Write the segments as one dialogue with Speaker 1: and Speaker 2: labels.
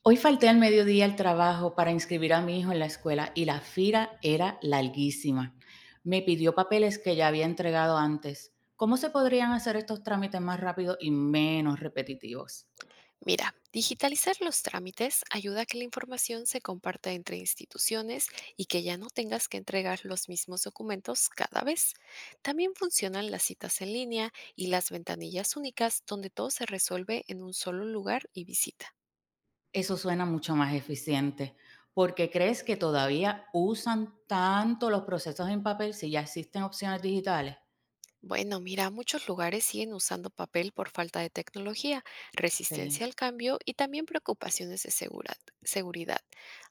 Speaker 1: Hoy falté al mediodía al trabajo para inscribir a mi hijo en la escuela y la fila era larguísima. Me pidió papeles que ya había entregado antes. ¿Cómo se podrían hacer estos trámites más rápidos y menos repetitivos?
Speaker 2: Mira, digitalizar los trámites ayuda a que la información se comparta entre instituciones y que ya no tengas que entregar los mismos documentos cada vez. También funcionan las citas en línea y las ventanillas únicas donde todo se resuelve en un solo lugar y visita.
Speaker 1: Eso suena mucho más eficiente. ¿Por qué crees que todavía usan tanto los procesos en papel si ya existen opciones digitales?
Speaker 2: Bueno, mira, muchos lugares siguen usando papel por falta de tecnología, resistencia
Speaker 1: Sí,
Speaker 2: al cambio y también preocupaciones de seguridad.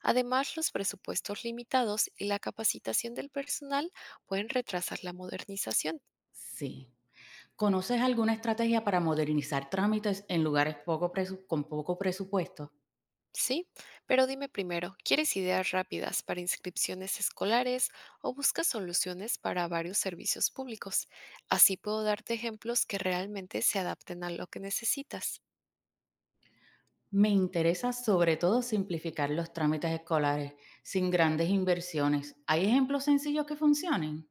Speaker 2: Además, los presupuestos limitados y la capacitación del personal pueden retrasar la modernización.
Speaker 1: sí. ¿Conoces alguna estrategia para modernizar trámites en lugares con poco presupuesto?
Speaker 2: Sí, pero dime primero, ¿quieres ideas rápidas para inscripciones escolares o buscas soluciones para varios servicios públicos? Así puedo darte ejemplos que realmente se adapten a lo que necesitas.
Speaker 1: Me interesa sobre todo simplificar los trámites escolares sin grandes inversiones. ¿Hay ejemplos sencillos que funcionen?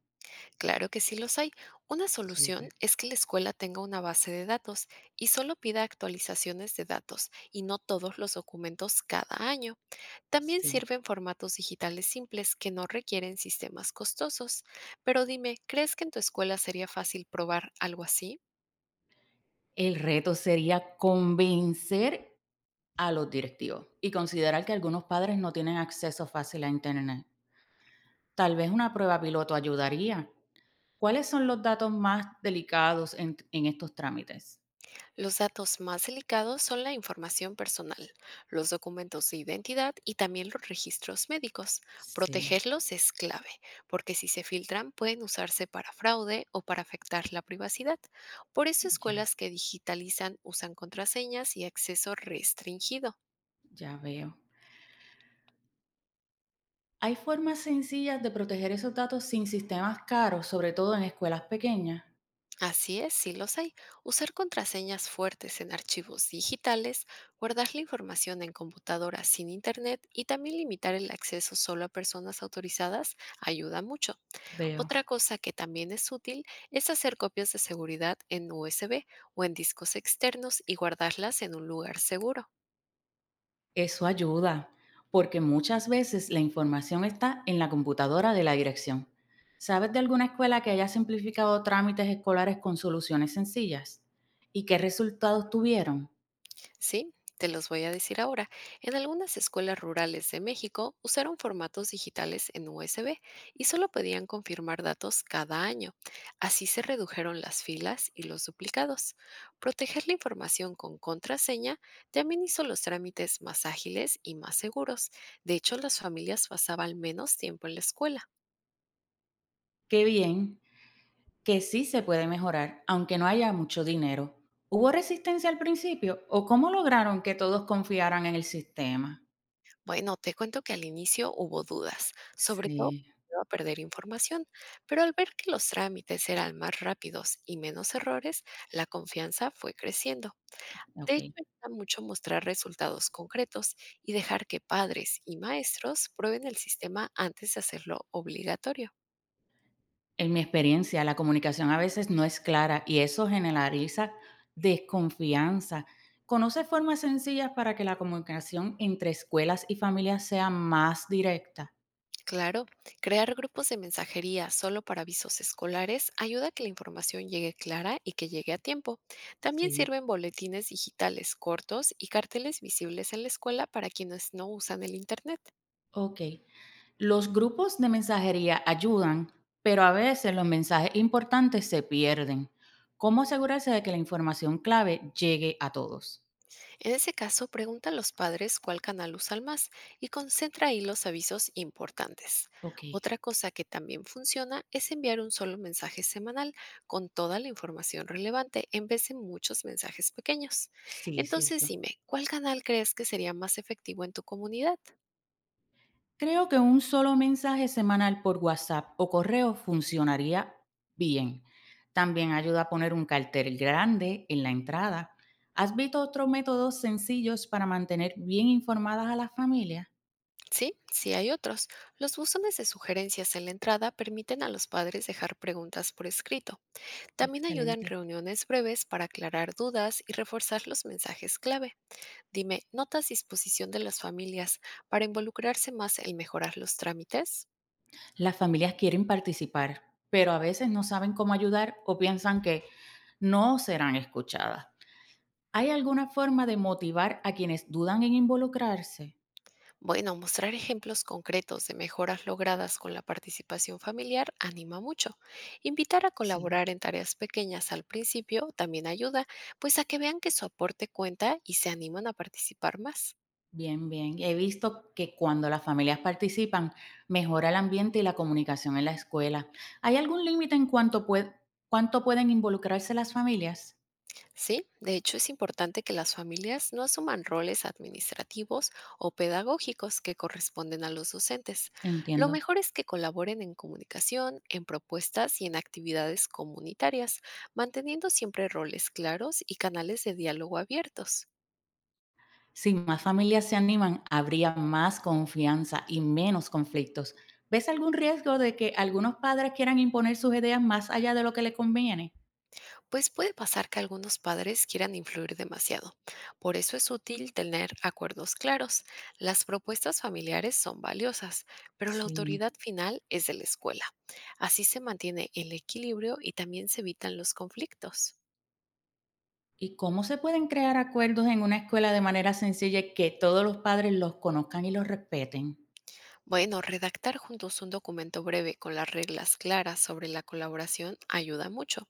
Speaker 2: Claro que sí los hay. Una solución
Speaker 1: Súper.
Speaker 2: es que la escuela tenga una base de datos y solo pida actualizaciones de datos y no todos los documentos cada año. También
Speaker 1: Sí.
Speaker 2: sirven formatos digitales simples que no requieren sistemas costosos. Pero dime, ¿crees que en tu escuela sería fácil probar algo así?
Speaker 1: El reto sería convencer a los directivos y considerar que algunos padres no tienen acceso fácil a Internet. Tal vez una prueba piloto ayudaría. ¿Cuáles son los datos más delicados en estos trámites?
Speaker 2: Los datos más delicados son la información personal, los documentos de identidad y también los registros médicos.
Speaker 1: Sí,
Speaker 2: Protegerlos es clave, porque si se filtran pueden usarse para fraude o para afectar la privacidad. Por eso
Speaker 1: ya,
Speaker 2: escuelas que digitalizan usan contraseñas y acceso restringido.
Speaker 1: ya veo. ¿Hay formas sencillas de proteger esos datos sin sistemas caros, sobre todo en escuelas pequeñas?
Speaker 2: Así es, sí los hay. Usar contraseñas fuertes en archivos digitales, guardar la información en computadoras sin internet y también limitar el acceso solo a personas autorizadas ayuda mucho.
Speaker 1: Veo.
Speaker 2: Otra cosa que también es útil es hacer copias de seguridad en USB o en discos externos y guardarlas en un lugar seguro.
Speaker 1: Eso ayuda, porque muchas veces la información está en la computadora de la dirección. ¿Sabes de alguna escuela que haya simplificado trámites escolares con soluciones sencillas? ¿Y qué resultados tuvieron?
Speaker 2: Sí, te los voy a decir ahora. En algunas escuelas rurales de México usaron formatos digitales en USB y solo podían confirmar datos cada año. Así se redujeron las filas y los duplicados. Proteger la información con contraseña también hizo los trámites más ágiles y más seguros. De hecho, las familias pasaban menos tiempo en la escuela.
Speaker 1: Qué bien, que sí se puede mejorar, aunque no haya mucho dinero. ¿Hubo resistencia al principio o cómo lograron que todos confiaran en el sistema?
Speaker 2: Bueno, te cuento que al inicio hubo dudas, sobre todo
Speaker 1: Sí,
Speaker 2: iba a perder información, pero al ver que los trámites eran más rápidos y menos errores, la confianza fue creciendo. De
Speaker 1: ok.
Speaker 2: hecho, ayuda mucho mostrar resultados concretos y dejar que padres y maestros prueben el sistema antes de hacerlo obligatorio.
Speaker 1: En mi experiencia, la comunicación a veces no es clara y eso generaliza desconfianza. ¿Conoce formas sencillas para que la comunicación entre escuelas y familias sea más directa?
Speaker 2: Claro, crear grupos de mensajería solo para avisos escolares ayuda a que la información llegue clara y que llegue a tiempo. También
Speaker 1: Sí,
Speaker 2: sirven boletines digitales cortos y carteles visibles en la escuela para quienes no usan el Internet.
Speaker 1: ok. Los grupos de mensajería ayudan, pero a veces los mensajes importantes se pierden. ¿Cómo asegurarse de que la información clave llegue a todos?
Speaker 2: En ese caso, pregunta a los padres cuál canal usan más y concentra ahí los avisos importantes.
Speaker 1: Ok,
Speaker 2: Otra cosa que también funciona es enviar un solo mensaje semanal con toda la información relevante en vez de muchos mensajes pequeños.
Speaker 1: sí,
Speaker 2: Entonces
Speaker 1: cierto.
Speaker 2: dime, ¿cuál canal crees que sería más efectivo en tu comunidad?
Speaker 1: Creo que un solo mensaje semanal por WhatsApp o correo funcionaría bien. También ayuda a poner un cartel grande en la entrada. ¿Has visto otros métodos sencillos para mantener bien informadas a las familias?
Speaker 2: Sí, sí hay otros. Los buzones de sugerencias en la entrada permiten a los padres dejar preguntas por escrito. También ayudan
Speaker 1: Excelente.
Speaker 2: reuniones breves para aclarar dudas y reforzar los mensajes clave. Dime, ¿notas disposición de las familias para involucrarse más en mejorar los trámites?
Speaker 1: Las familias quieren participar, pero a veces no saben cómo ayudar o piensan que no serán escuchadas. ¿Hay alguna forma de motivar a quienes dudan en involucrarse?
Speaker 2: Bueno, mostrar ejemplos concretos de mejoras logradas con la participación familiar anima mucho. Invitar a
Speaker 1: Sí.
Speaker 2: colaborar en tareas pequeñas al principio también ayuda, pues a que vean que su aporte cuenta y se animan a participar más.
Speaker 1: Bien, bien. He visto que cuando las familias participan, mejora el ambiente y la comunicación en la escuela. ¿Hay algún límite en cuánto pueden involucrarse las familias?
Speaker 2: Sí, de hecho es importante que las familias no asuman roles administrativos o pedagógicos que corresponden a los docentes. Lo
Speaker 1: Entiendo.
Speaker 2: mejor es que colaboren en comunicación, en propuestas y en actividades comunitarias, manteniendo siempre roles claros y canales de diálogo abiertos.
Speaker 1: Si más familias se animan, habría más confianza y menos conflictos. ¿Ves algún riesgo de que algunos padres quieran imponer sus ideas más allá de lo que les conviene?
Speaker 2: Pues puede pasar que algunos padres quieran influir demasiado. Por eso es útil tener acuerdos claros. Las propuestas familiares son valiosas, pero la
Speaker 1: Sí.
Speaker 2: autoridad final es de la escuela. Así se mantiene el equilibrio y también se evitan los conflictos.
Speaker 1: ¿Y cómo se pueden crear acuerdos en una escuela de manera sencilla y que todos los padres los conozcan y los respeten?
Speaker 2: Bueno, redactar juntos un documento breve con las reglas claras sobre la colaboración ayuda mucho.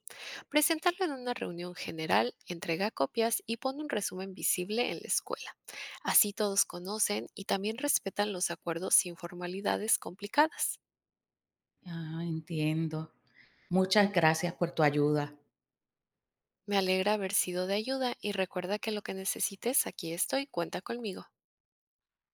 Speaker 2: Presentarlo en una reunión general, entrega copias y pone un resumen visible en la escuela. Así todos conocen y también respetan los acuerdos sin formalidades complicadas.
Speaker 1: Ah, entiendo. Muchas gracias por tu ayuda.
Speaker 2: Me alegra haber sido de ayuda y recuerda que lo que necesites aquí estoy, cuenta conmigo.